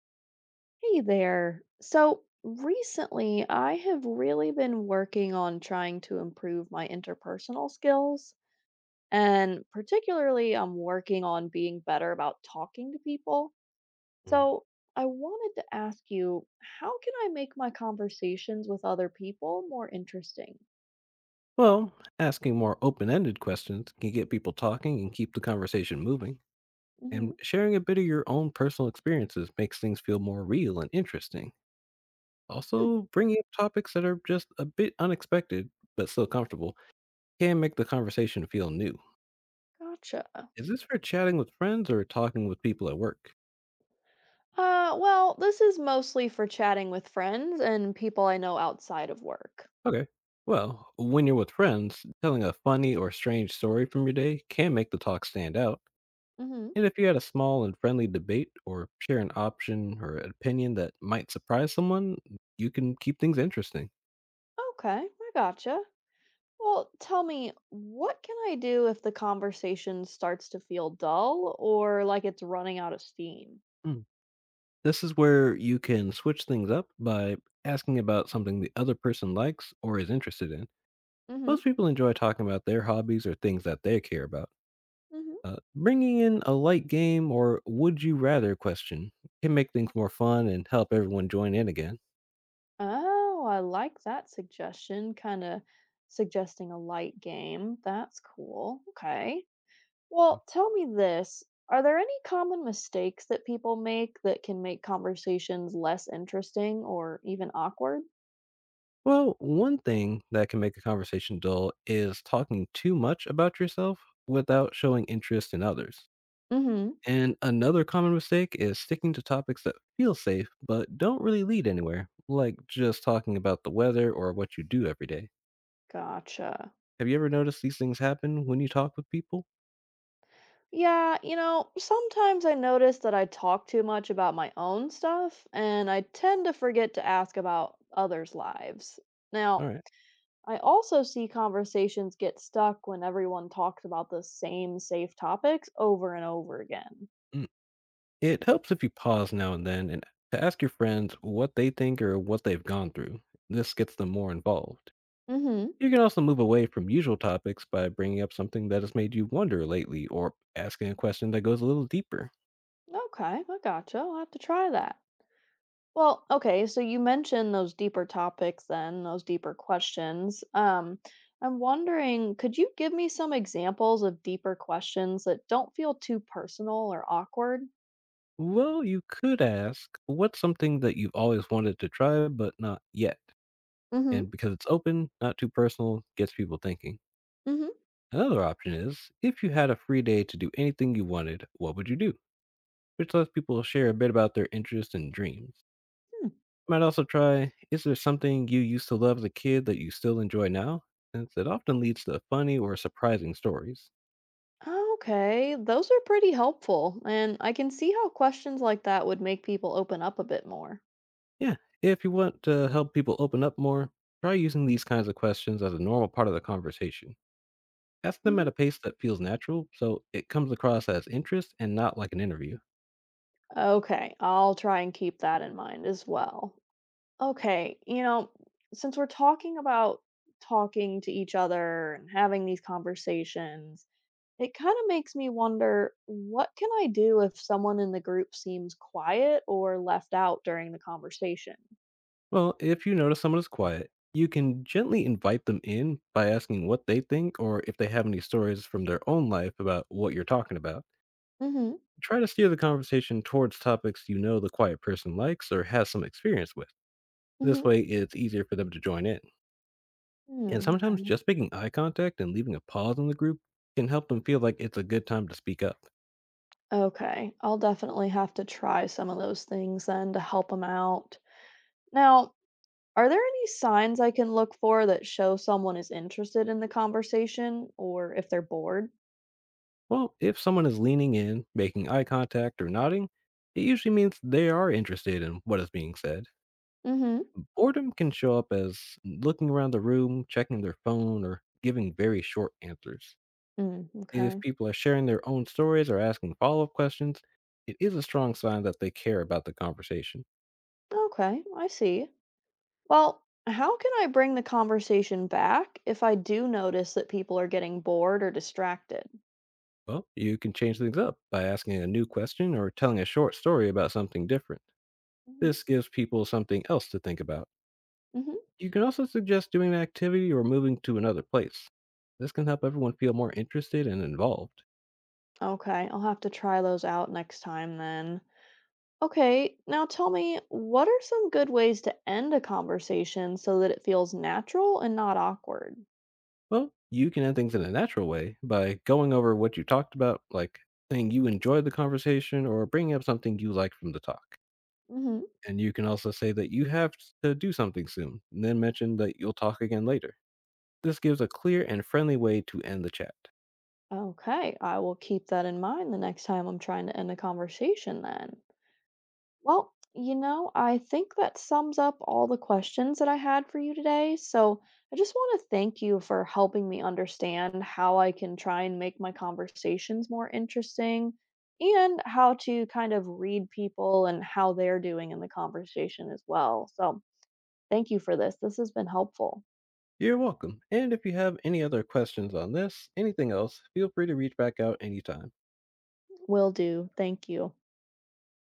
Hey there. So recently, I have really been working on trying to improve my interpersonal skills. And particularly, I'm working on being better about talking to people. Mm. So I wanted to ask you, how can I make my conversations with other people more interesting? Well, asking more open ended questions can get people talking and keep the conversation moving. Hmm. And sharing a bit of your own personal experiences makes things feel more real and interesting. Hmm, Also, bringing up topics that are just a bit unexpected, but still comfortable, can make the conversation feel new. gotcha. Is this for chatting with friends or talking with people at work? Well, this is mostly for chatting with friends and people I know outside of work. Okay. Well, when you're with friends, telling a funny or strange story from your day can make the talk stand out. Hmm. And if you had a small and friendly debate or share an option or an opinion that might surprise someone, you can keep things interesting. Okay, I gotcha. Well, tell me, what can I do if the conversation starts to feel dull or like it's running out of steam? Hmm. This is where you can switch things up by asking about something the other person likes or is interested in. Hmm. Most people enjoy talking about their hobbies or things that they care about. Hmm. Bringing in a light game or would you rather question can make things more fun and help everyone join in again. Oh, I like that suggestion. Kind of suggesting a light game. That's cool. Okay. Well, tell me this. Are there any common mistakes that people make that can make conversations less interesting or even awkward? Well, one thing that can make a conversation dull is talking too much about yourself without showing interest in others. Hmm. And another common mistake is sticking to topics that feel safe but don't really lead anywhere, like just talking about the weather or what you do every day. Gotcha. Have you ever noticed these things happen when you talk with people? Yeah, sometimes I notice that I talk too much about my own stuff, and I tend to forget to ask about others' lives. All Now, right. I also see conversations get stuck when everyone talks about the same safe topics over and over again. Mm. It helps if you pause now and then and to ask your friends what they think or what they've gone through. This gets them more involved. Mm You can also move away from usual topics by bringing up something that has made you wonder lately or asking a question that goes a little deeper. hmm. Okay, I gotcha. I'll have to try that. Well, okay, so you mentioned those deeper topics then, those deeper questions. I'm wondering, could you give me some examples of deeper questions that don't feel too personal or awkward? Well, you could ask, what's something that you've always wanted to try but not yet? Mm-hmm. And because it's open, not too personal, gets people thinking. Mm-hmm. Another option is, if you had a free day to do anything you wanted, what would you do? Which lets people share a bit about their interests and dreams. Hmm. Might also try, is there something you used to love as a kid that you still enjoy now? Since it often leads to funny or surprising stories. Okay, those are pretty helpful, and I can see how questions like that would make people open up a bit more. Yeah, if you want to help people open up more, try using these kinds of questions as a normal part of the conversation. Ask them at a Hmm. pace that feels natural, so it comes across as interest and not like an interview. Okay, I'll try and keep that in mind as well. Okay, since we're talking about talking to each other and having these conversations, it kind of makes me wonder what can I do if someone in the group seems quiet or left out during the conversation? Well, if you notice someone is quiet, you can gently invite them in by asking what they think or if they have any stories from their own life about what you're talking about. Mm-hmm. Try to steer the conversation towards topics you know the quiet person likes or has some experience with. This Mm-hmm. way, it's easier for them to join in. And Hmm. sometimes just making eye contact and leaving a pause in the group can help them feel like it's a good time to speak up. Okay, I'll definitely have to try some of those things then to help them out. Now, are there any signs I can look for that show someone is interested in the conversation or if they're bored? Well, if someone is leaning in, making eye contact, or nodding, it usually means they are interested in what is being said. Mm-hmm. Boredom can show up as looking around the room, checking their phone, or giving very short answers. Mm, If okay. people are sharing their own stories or asking follow up questions, it is a strong sign that they care about the conversation. Okay, I see. Well, how can I bring the conversation back if I do notice that people are getting bored or distracted? Well, you can change things up by asking a new question or telling a short story about something different. Hmm. This gives people something else to think about. Hmm. You can also suggest doing an activity or moving to another place. This can help everyone feel more interested and involved. Okay, I'll have to try those out next time then. Okay, now tell me, what are some good ways to end a conversation so that it feels natural and not awkward? Well, you can end things in a natural way by going over what you talked about, like saying you enjoyed the conversation or bringing up something you like from the talk. Hmm. And you can also say that you have to do something soon, and then mention that you'll talk again later. This gives a clear and friendly way to end the chat. Okay, I will keep that in mind the next time I'm trying to end a conversation then. Well, I think that sums up all the questions that I had for you today. So I just want to thank you for helping me understand how I can try and make my conversations more interesting and how to kind of read people and how they're doing in the conversation as well. So thank you for this. This has been helpful. You're welcome. And if you have any other questions on this, anything else, feel free to reach back out anytime. Will do. Thank you.